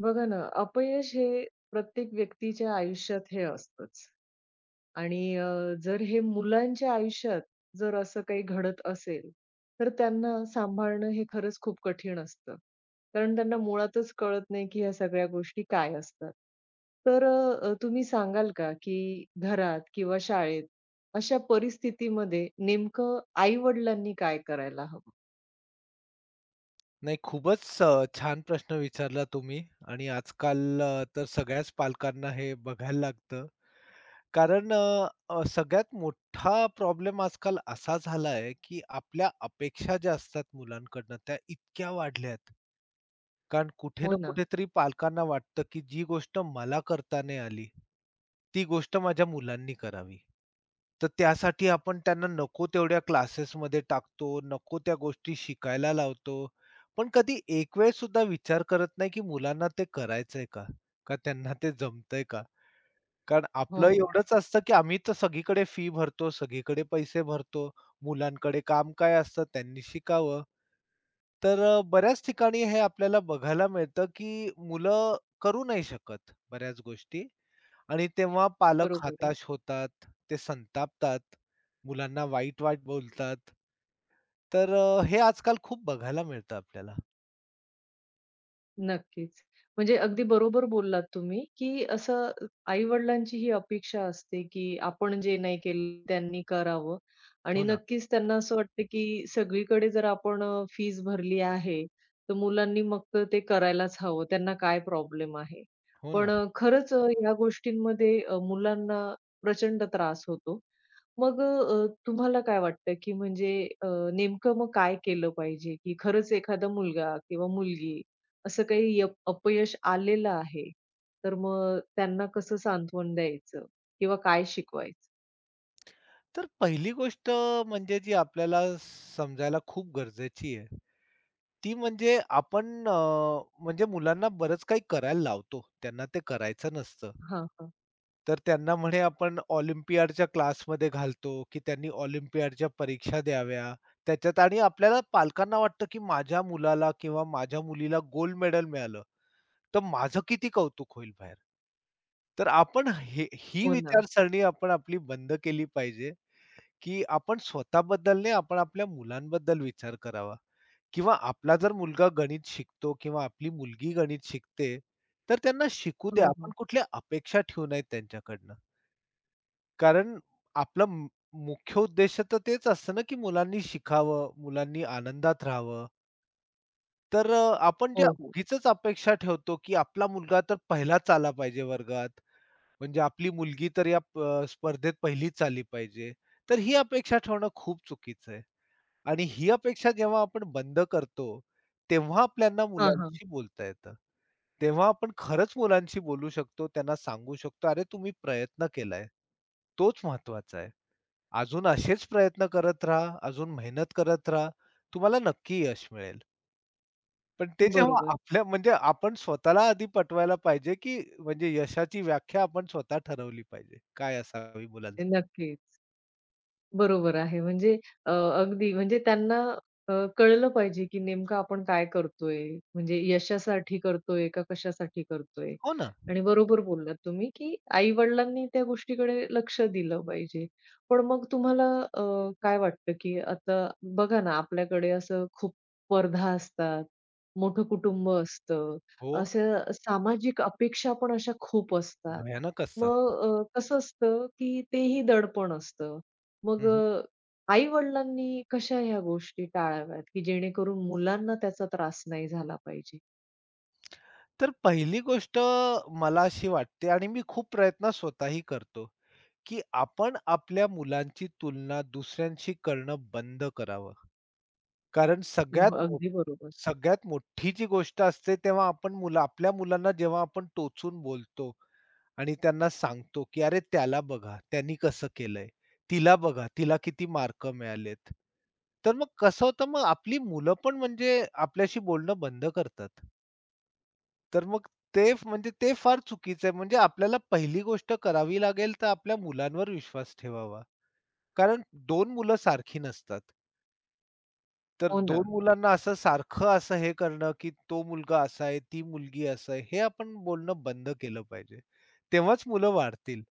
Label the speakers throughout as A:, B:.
A: बघा ना, अपयश हे प्रत्येक व्यक्तीच्या आयुष्यात हे असतंच आणि जर हे मुलांच्या आयुष्यात जर असं काही घडत असेल, तर त्यांना सांभाळणं हे खरंच खूप कठीण असतं. कारण त्यांना मुळातच कळत नाही, की ह्या सगळ्या गोष्टी काय असतात. तर तुम्ही सांगाल का, की घरात किंवा शाळेत अशा परिस्थितीमध्ये नेमकं आई-वडिलांनी काय करायला हवं?
B: नाही, खूपच छान प्रश्न विचारला तुम्ही आणि आजकाल तर सगळ्याच पालकांना हे बघायला लागतं. कारण अ, अ, सगळ्यात मोठा प्रॉब्लेम आजकाल असा झाला आहे, की आपल्या अपेक्षा ज्या असतात मुलांकडनं त्या इतक्या वाढल्या आहेत. कारण कुठे
A: हो
B: ना
A: ना.
B: कुठेतरी पालकांना वाटतं, की जी गोष्ट मला करता नाही आली, ती गोष्ट माझ्या मुलांनी करावी. तर त्यासाठी आपण त्यांना नको तेवढ्या क्लासेसमध्ये टाकतो, नको त्या गोष्टी शिकायला लावतो. पण कधी एक वेळ सुद्धा विचार करत नाही, की मुलांना ते करायचंय का? का त्यांना ते जमतंय का? कारण आपलं
A: हो.
B: एवढंच असतं, की आम्ही तर सगळीकडे फी भरतो, सगळीकडे पैसे भरतो. मुलांकडे काम काय असतं? त्यांनी शिकावं. तर बऱ्याच ठिकाणी हे आपल्याला बघायला मिळतं, की मुलं करू नाही शकत बऱ्याच गोष्टी आणि तेव्हा पालक
A: बरोबर.
B: हताश होतात, ते संतापतात, मुलांना वाईट-वाईट बोलतात. तर हे आजकाल खूप बघायला मिळतं आपल्याला.
A: नक्कीच. म्हणजे अगदी बरोबर बोललात तुम्ही, की असं आई-वडिलांची ही अपेक्षा असते, की आपण जे नाही केलं त्यांनी करावं आणि
B: हो ना,
A: नक्कीच त्यांना असं वाटतं, की सगळीकडे जर आपण फीज भरली आहे, तर मुलांनी मग तर ते करायलाच हवं. त्यांना काय प्रॉब्लेम आहे?
B: हो
A: पण
B: ना.
A: खरंच ह्या गोष्टींमध्ये मुलांना प्रचंड त्रास होतो. मग तुम्हाला काय वाटतं, की म्हणजे अ, नेमकं मग काय केलं पाहिजे, की खरंच एखादा मुलगा किंवा मुलगी असं काही अपयश आलेलं आहे, तर मग त्यांना कसं सांत्वन द्यायचं किंवा काय शिकवायचं?
B: तर पहिली गोष्ट म्हणजे जी आपल्याला समजायला खूप गरजेची आहे ती म्हणजे आपण म्हणजे मुलांना बरंच काही करायला लावतो. त्यांना ते करायचं नसतं.
A: हां, हां.
B: तर त्यांना म्हणे आपण ऑलिम्पियाडच्या क्लासमध्ये घालतो, की त्यांनी ऑलिम्पियाडच्या परीक्षा द्याव्या. त्याच्यात आणि आपल्याला पालकांना वाटतं, की माझ्या मुलाला किंवा माझ्या मुलीला गोल्ड मेडल मिळालं, तर माझं किती कौतुक होईल बाहेर. तर आपण हे ही
A: हो ना.
B: विचारसरणी आपण आपली बंद केली पाहिजे, की आपण स्वतःबद्दल नाही, आपण आपल्या मुलांबद्दल विचार करावा. किंवा आपला जर मुलगा गणित शिकतो किंवा आपली मुलगी गणित शिकते, तर त्यांना शिकू द्या.
A: हो,
B: आपण
A: हो.
B: कुठल्या अपेक्षा ठेवू नयेत त्यांच्याकडनं. कारण आपला मु मुख्य उद्देश तर तेच असतं ना, की मुलांनी शिकावं, मुलांनी आनंदात राहावं. तर आपण ज्या
A: हो, हो.
B: उगीचच अपेक्षा ठेवतो, की आपला मुलगा तर पहिलाच आला पाहिजे वर्गात, म्हणजे आपली मुलगी तर या स्पर्धेत पहिलीच आली पाहिजे. तर ही अपेक्षा ठेवणं खूप चुकीचं आहे. आणि ही अपेक्षा जेव्हा आपण बंद करतो, तेव्हा आपल्याला
A: हां, हां.
B: मुलांशी बोलता येतं. तेव्हा आपण खरंच मुलांशी बोलू शकतो, त्यांना सांगू शकतो, "अरे, तुम्ही प्रयत्न केलाय, तोच महत्वाचा आहे. अजून असेच प्रयत्न करत राहा, अजून मेहनत करत राहा, तुम्हाला नक्की यश मिळेल." पण ते जेव्हा
A: बरोबर.
B: आपल्या म्हणजे आपण स्वतःला आधी पटवायला पाहिजे, की म्हणजे यशाची व्याख्या आपण स्वतः ठरवली पाहिजे. काय असावी मुलांसाठी.
A: नक्कीच. बरोबर आहे. म्हणजे अ, अगदी म्हणजे त्यांना कळलं पाहिजे, की नेमकं आपण काय करतोय? म्हणजे यशासाठी करतोय का कशासाठी करतोय?
B: हो ना.
A: आणि बरोबर बोललात तुम्ही, की आई-वडिलांनी त्या गोष्टीकडे लक्ष दिलं पाहिजे. पण मग तुम्हाला अ, काय वाटतं, की आता बघा ना, आपल्याकडे असं खूप स्पर्धा असतात, मोठं कुटुंब असतं,
B: हो,
A: अशा सामाजिक अपेक्षा पण अशा खूप असतात.
B: भयानक असतं.
A: मग कसं असतं, की तेही दडपण असतं. मग
B: हं,
A: आई-वडिलांनी कशा ह्या गोष्टी टाळाव्यात, की जेणेकरून मुलांना त्याचा त्रास नाही झाला पाहिजे?
B: तर पहिली गोष्ट मला अशी वाटते आणि मी खूप प्रयत्न स्वतःही करतो, की आपण आपल्या मुलांची तुलना दुसऱ्यांशी करणं बंद करावं. कारण
A: हं. अगदी बरोबर.
B: सगळ्यात मोठी जी गोष्ट असते तेव्हा आपण मुलं आपल्या मुलांना जेव्हा आपण टोचून बोलतो आणि त्यांना सांगतो, की "अरे त्याला बघा, त्यांनी कसं केलंय. तिला बघा, तिला किती मार्क मिळालेत." तर मग कसं होतं मग आपली मुलं पण म्हणजे आपल्याशी बोलणं बंद करतात. तर मग म्हणजे ते फार चुकीचं आहे. म्हणजे आपल्याला पहिली गोष्ट करावी लागेल तर आपल्या मुलांवर विश्वास ठेवावा. कारण 2 मुलं सारखी नसतात. तर
A: हो ना,
B: दोन मुलांना असं सारखं असं हे करणं, की तो मुलगा असा आहे, ती मुलगी असं आहे, हे आपण बोलणं बंद केलं पाहिजे. तेव्हाच मुलं वाढतील.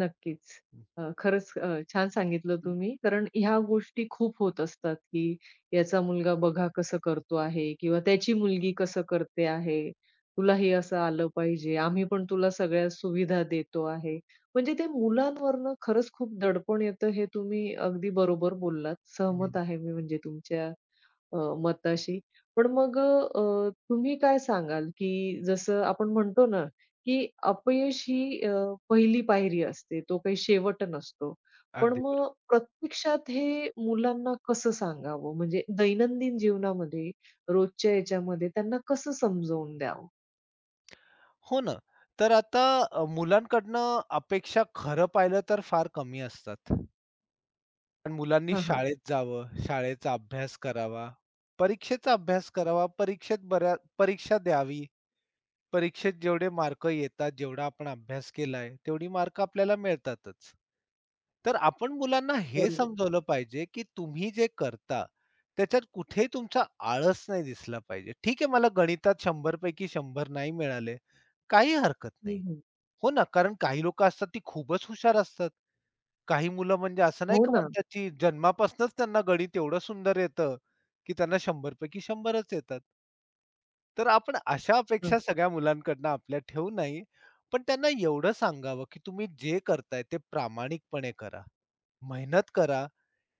A: नक्कीच. खरंच छान सांगितलं तुम्ही. कारण ह्या गोष्टी खूप होत असतात, की याचा मुलगा बघा कसं करतो आहे किंवा त्याची मुलगी कसं करते आहे. तुला हे असं आलं पाहिजे. आम्ही पण तुला सगळ्या सुविधा देतो आहे. म्हणजे ते मुलांवरनं खरंच खूप दडपण येतं हे तुम्ही अगदी बरोबर बोललात.
B: हं,
A: सहमत आहे मी म्हणजे तुमच्या अ, मताशी. पण मग तुम्ही काय सांगाल, की जसं आपण म्हणतो ना, की अपयश ही पहिली पायरी असते. तो काही शेवट नसतो. पण
B: अगदी
A: मग
B: बरोबर.
A: प्रत्यक्षात हे मुलांना कसं सांगावं? म्हणजे दैनंदिन जीवनामध्ये, रोजच्या याच्यामध्ये त्यांना कसं समजावून द्यावं?
B: हो ना. तर आता मुलांकडनं अपेक्षा खरं पाहिलं तर फार कमी असतात. पण मुलांनी
A: हां, हां.
B: शाळेत जावं, शाळेचा अभ्यास करावा, परीक्षेचा अभ्यास करावा, परीक्षेत बऱ्या परीक्षा द्यावी. परीक्षेत जेवढे मार्क येतात, जेवढा आपण अभ्यास केलाय, तेवढी मार्क आपल्याला मिळतातच. तर आपण मुलांना हे
A: बरोबर.
B: समजवलं पाहिजे, की तुम्ही जे करता, त्याच्यात कुठेही तुमचा आळस नाही दिसला पाहिजे. ठीक आहे, मला गणितात 100 पैकी 100 नाही मिळाले, काही हरकत
A: हं,
B: नाही.
A: हं.
B: हो ना, कारण काही लोकं असतात, ती खूपच हुशार असतात. काही मुलं म्हणजे असं नाही
A: हो
B: का
A: ना.
B: म्हणतात, की जन्मापासूनच त्यांना गणित एवढं सुंदर येतं, की त्यांना 100 पैकी 100रच येतात. तर आपण अशा
A: हं.
B: अपेक्षा सगळ्या मुलांकडनं आपल्या ठेवू नाही. पण त्यांना एवढं सांगावं, की तुम्ही जे करताय ते प्रामाणिकपणे करा. मेहनत करा.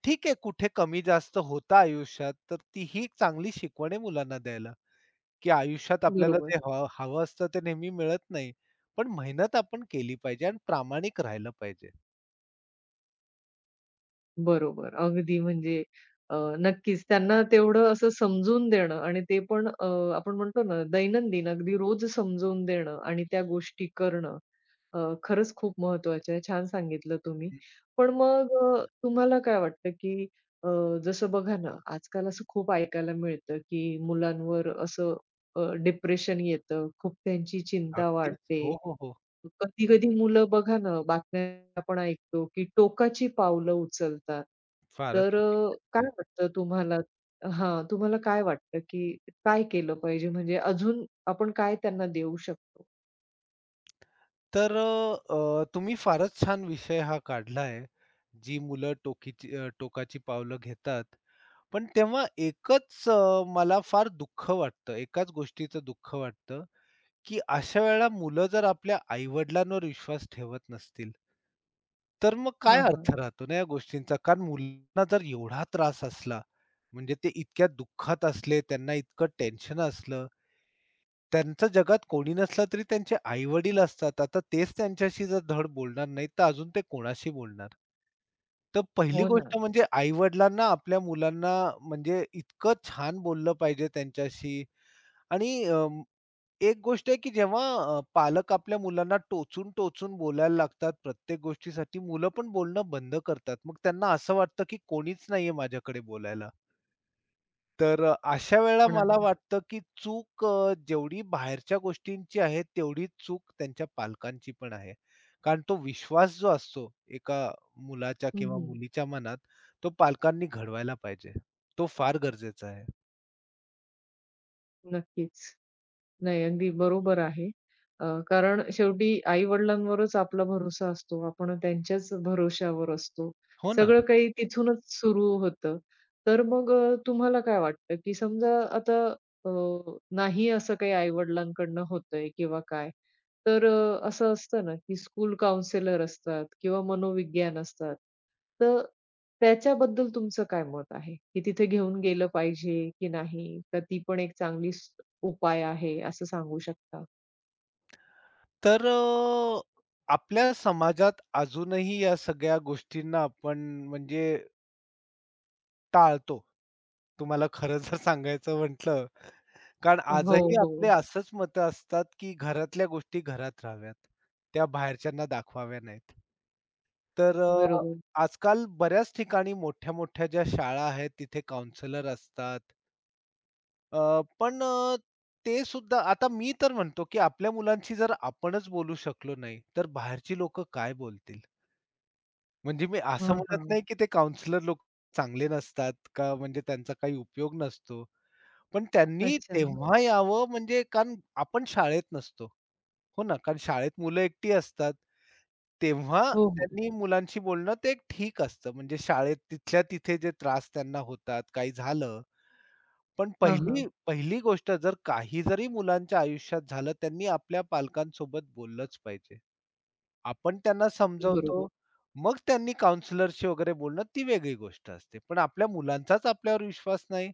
B: ठीक आहे, कुठे कमी-जास्त होतं आयुष्यात, तर तीही एक चांगली शिकवण आहे मुलांना द्यायला, की आयुष्यात आपल्याला
A: बरोबर.
B: जे हवं हवं असतं ते नेहमी मिळत नाही. पण मेहनत आपण केली पाहिजे आणि प्रामाणिक राहिलं पाहिजे.
A: बरोबर. अगदी म्हणजे नक्कीच त्यांना तेवढं असं समजून देणं आणि ते पण आपण म्हणतो ना, दैनंदिन अगदी रोज समजवून देणं आणि त्या गोष्टी करणं खरंच खूप महत्त्वाचं आहे. छान सांगितलं तुम्ही.
B: हं,
A: पण मग तुम्हाला काय वाटतं, की अ, जसं बघा ना, आजकाल असं खूप ऐकायला मिळतं, की मुलांवर असं डिप्रेशन येतं, खूप त्यांची चिंता
B: अगदीच.
A: वाढते.
B: हो, हो, हो.
A: कधी-कधी मुलं बघा ना, बातम्या आपण ऐकतो, की टोकाची पावलं उचलतात.
B: फारच
A: तर
B: चुकीचं
A: काय
B: आहे
A: वाटतं तुम्हाला? हां, तुम्हाला काय वाटतं, की काय केलं पाहिजे? म्हणजे अजून आपण काय त्यांना देऊ शकतो?
B: तर तुम्ही फारच छान विषय हा काढलाय. जी मुलं टोकाची पावलं घेतात. पण तेव्हा एकच मला फार दुःख वाटतं, एकाच गोष्टीचं दुःख वाटतं, की अशा वेळेला मुलं जर आपल्या आई-वडिलांवर विश्वास ठेवत नसतील, तर मग काय
A: हां,
B: अर्थ
A: हां.
B: राहतो ना या गोष्टींचा? कारण मुलांना जर एवढा त्रास असला, म्हणजे ते इतक्या दुःखात असले, त्यांना इतकं टेन्शन असलं त्यांचं जगात कोणी नसलं तरी त्यांचे आई-वडील असतात. आता तेच त्यांच्याशी जर धड बोलणार नाहीत, तर अजून ते कोणाशी बोलणार? तर पहिली
A: हो ना.
B: गोष्ट म्हणजे आई-वडिलांना आपल्या मुलांना म्हणजे इतकं छान बोललं पाहिजे त्यांच्याशी आणि एक गोष्ट आहे की जेव्हा पालक आपल्या मुलांना टोचून-टोचून बोलायला लागतात प्रत्येक गोष्टीसाठी, मुलं पण बोलणं बंद करतात. मग त्यांना असं वाटतं की कोणीच नाहीये माझ्याकडे बोलायला. तर अशा वेळेला
A: पण
B: मला
A: आहे.
B: वाटतं, की चूक जेवढी बाहेरच्या गोष्टींची आहे, तेवढी चूक त्यांच्या पालकांची पण आहे. कारण तो विश्वास जो असतो एका मुलाच्या
A: हं,
B: किंवा
A: हं.
B: मुलीच्या मनात, तो पालकांनी घडवायला पाहिजे. तो फार गरजेचा आहे.
A: नक्कीच. नाही, अगदी बरोबर आहे. कारण शेवटी आई-वडिलांवरच आपला भरोसा असतो. आपण त्यांच्याच भरोश्यावर असतो.
B: हो ना?
A: सगळं काही तिथूनच सुरू होतं. तर मग तुम्हाला काय वाटतं, की समजा आता अ, नाही असं काही आई-वडिलांकडनं होतंय किंवा काय, तर असं असतं ना, की स्कूल काउन्सिलर असतात किंवा मनोविज्ञान असतात. तर त्याच्याबद्दल तुमचं काय मत आहे? की तिथे घेऊन गेलं पाहिजे की नाही? तर ती पण एक चांगली उपाय आहे असं सांगू शकता?
B: तर आपल्या समाजात अजूनही या सगळ्या गोष्टींना आपण म्हणजे टाळतो. तुम्हाला खरं जर सांगायचं म्हटलं कारण
A: हो,
B: आजही आपले
A: हो.
B: असंच मत असतात, की घरातल्या गोष्टी घरात राहाव्यात, त्या बाहेरच्यांना दाखवाव्या नाहीत. तर
A: बरोबर.
B: आजकाल बऱ्याच ठिकाणी मोठ्या-मोठ्या ज्या शाळा आहेत, तिथे काउंसलर असतात. पण ते सुद्धा आता मी तर म्हणतो, की आपल्या मुलांशी जर आपणच बोलू शकलो नाही, तर बाहेरची लोकं काय बोलतील? म्हणजे मी असं
A: हां,
B: म्हणत
A: हां.
B: नाही, की ते काउंसलर लोक चांगले नसतात का म्हणजे त्यांचा काही उपयोग नसतो. पण त्यांनी
A: अच्छा. हा.
B: तेव्हा यावं म्हणजे कारण आपण शाळेत नसतो. हो ना, कारण शाळेत मुलं एकटी असतात. तेव्हा
A: हो, हो.
B: त्यांनी मुलांशी बोलणं ते एक ठीक असतं. म्हणजे शाळेत तिथल्या तिथे जे त्रास त्यांना होतात, काही झालं. पण
A: हां,
B: पहिली
A: हां.
B: पहिली गोष्ट जर काही जरी मुलांच्या आयुष्यात झालं, त्यांनी आपल्या पालकांसोबत बोललंच पाहिजे. आपण त्यांना समजवतो,
A: बरोबर.
B: मग त्यांनी काउन्सिलरशी वगैरे बोलणं ती वेगळी गोष्ट असते. पण आपल्या मुलांचाच आपल्यावर विश्वास नाही,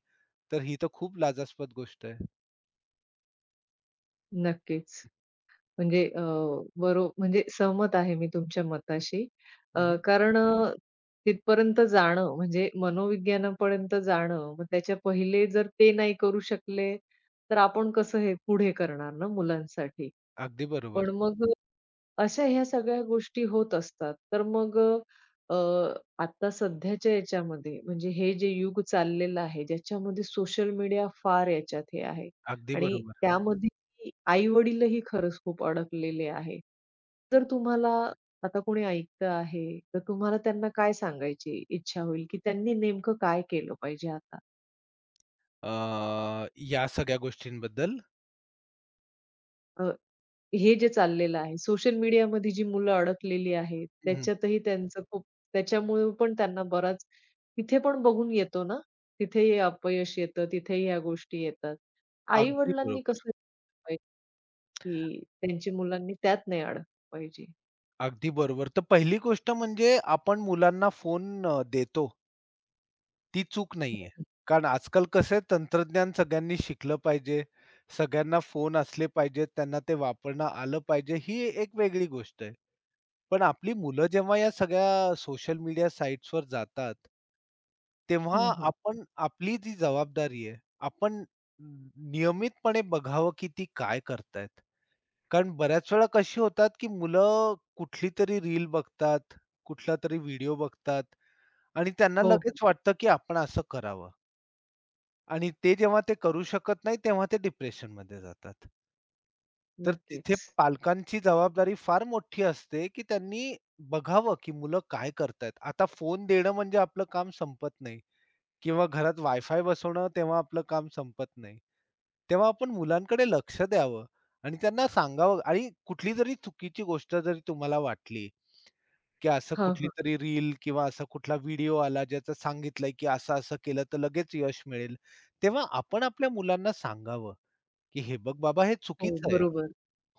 B: तर ही तर खूप लाजास्पद गोष्ट आहे.
A: नक्कीच. म्हणजे म्हणजे सहमत आहे मी तुमच्या मताशी.
B: हं, हं.
A: कारण तिथपर्यंत जाणं म्हणजे मनोविज्ञानापर्यंत जाणं, मग त्याच्या पहिले जर ते नाही करू शकले, तर आपण कसं हे पुढे करणार ना मुलांसाठी.
B: अगदी
A: पण
B: बरोबर,
A: मग अशा ह्या सगळ्या गोष्टी होत असतात. तर मग अ, अ, आता सध्याच्या याच्यामध्ये म्हणजे हे जे युग चाललेलं आहे, ज्याच्यामध्ये सोशल मीडिया फार याच्यात हे आहे
B: अगदी
A: आणि
B: बरोबर.
A: त्यामध्ये आई-वडीलही खरंच खूप अडकलेले आहे. जर तुम्हाला आता कोणी ऐकतं आहे, तर तुम्हाला त्यांना काय सांगायची इच्छा होईल, की त्यांनी नेमकं काय केलं पाहिजे आता?
B: या सगळ्या गोष्टींबद्दल
A: हे जे चाललेलं आहे, सोशल मीडियामध्ये जी मुलं अडकलेली आहेत,
B: हं, हं.
A: त्याच्यातही त्यांचं खूप त्याच्यामुळे पण त्यांना बराच तिथे पण बघून येतो ना, तिथेही अपयश येतं, तिथेही ह्या गोष्टी येतात.
B: अगदी
A: आई-वडिलांनी
B: बरोबर,
A: कसं पाहिजे, की त्यांची मुलांनी त्यात नाही अडकलं पाहिजे.
B: अगदी बरोबर. तर पहिली गोष्ट म्हणजे आपण मुलांना फोन देतो ती चूक
A: हं,
B: नाहीये.
A: हं.
B: कारण आजकाल कसं आहे तंत्रज्ञान सगळ्यांनी शिकलं पाहिजे, सगळ्यांना फोन असले पाहिजेत, त्यांना ते वापरणं आलं पाहिजे, ही एक वेगळी गोष्ट आहे. पण आपली मुलं जेव्हा या सगळ्या सोशल मीडिया साइट्सवर जातात तेव्हा
A: हं,
B: आपण आपली जी जबाबदारी आहे, आपण नियमितपणे बघावं की ती काय करतायत. कारण बऱ्याच वेळा कशी होतात, की मुलं कुठली तरी रील बघतात, कुठला तरी व्हिडिओ बघतात आणि त्यांना
A: हो, हो.
B: लगेच वाटतं, की आपण असं करावं आणि ते जेव्हा ते करू शकत नाही, तेव्हा ते डिप्रेशनमध्ये जातात. तर तिथे
A: नक्कीच.
B: पालकांची जबाबदारी फार मोठी असते, की त्यांनी बघावं, की मुलं काय करतायत. आता फोन देणं म्हणजे आपलं काम संपत नाही. किंवा घरात वायफाय बसवणं तेव्हा आपलं काम संपत नाही. तेव्हा आपण मुलांकडे लक्ष द्यावं आणि त्यांना सांगावं आणि कुठली जरी चुकीची गोष्ट जरी तुम्हाला वाटली, की असं
A: हां,
B: कुठली
A: हां.
B: तरी रील किंवा असा कुठला व्हिडिओ आला ज्याचं सांगितलंय, की असं-असं केलं तर लगेच यश मिळेल. तेव्हा आपण आपल्या मुलांना सांगावं, की "हे बघ बाबा हे
A: हो,
B: चुकीचं आहे."
A: बरोबर.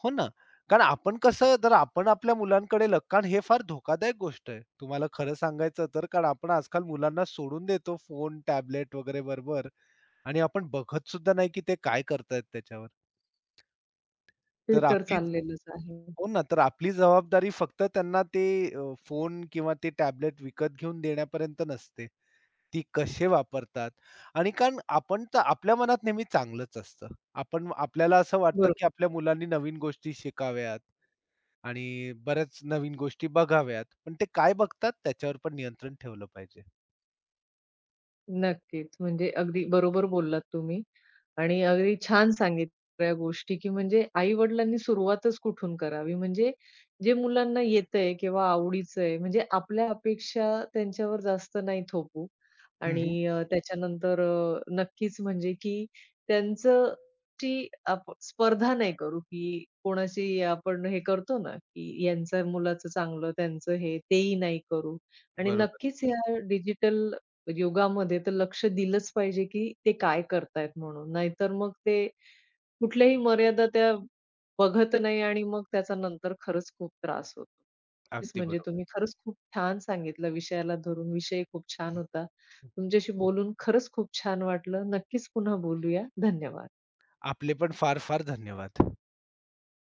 B: हो ना. कारण आपण कसं जर आपण आपल्या मुलांकडे लक्ष कारण हे फार धोकादायक गोष्ट आहे. तुम्हाला खरं सांगायचं तर कारण आपण आजकाल मुलांना सोडून देतो फोन, टॅबलेट वगैरे बरोबर. आणि आपण बघत सुद्धा नाही की ते काय करतायत त्याच्यावर.
A: ते
B: तर
A: तर
B: आपली
A: चाललेलंच आहे.
B: हो ना, तर आपली जबाबदारी फक्त त्यांना ते फोन किंवा ते टॅबलेट विकत घेऊन देण्यापर्यंत नसते. ती कसे वापरतात आणि कारण आपण तर आपल्या मनात नेहमी चांगलंच असतं. आपण आपल्याला असं वाटतं की
A: बरोबर.
B: आपल्या मुलांनी नवीन गोष्टी शिकाव्यात आणि बऱ्याच नवीन गोष्टी बघाव्यात. पण ते काय बघतात त्याच्यावर पण नियंत्रण ठेवलं पाहिजे.
A: नक्कीच. म्हणजे अगदी बरोबर बोललात तुम्ही. आणि अगदी छान सांगितल्या सगळ्या गोष्टी, की म्हणजे आई-वडिलांनी सुरुवातच कुठून करावी. म्हणजे जे मुलांना येतंय किंवा आवडीचं आहे, म्हणजे आपल्या अपेक्षा त्यांच्यावर जास्त नाही थोपू
B: हं,
A: आणि त्याच्यानंतर नक्कीच म्हणजे की त्यांचं ची आप स्पर्धा नाही करू, की कोणाशी आपण हे करतो ना, की यांचं मुलाचं चांगलं, त्यांचं हे, तेही नाही करू. आणि
B: बरोबर.
A: नक्कीच ह्या डिजिटल योगामध्ये तर लक्ष दिलंच पाहिजे, की ते काय करतायत म्हणून. नाहीतर मग ते कुठल्याही मर्यादा त्या बघत नाही आणि मग त्याचा नंतर खरंच खूप त्रास होतो. नक्कीच
B: अगदी
A: म्हणजे
B: बरोबर.
A: तुम्ही खरंच खूप छान सांगितलं विषयाला धरून. विषय खूप छान होता. तुमच्याशी बोलून खरंच खूप छान वाटलं. नक्कीच पुन्हा बोलूया. धन्यवाद.
B: आपले पण फार-फार धन्यवाद.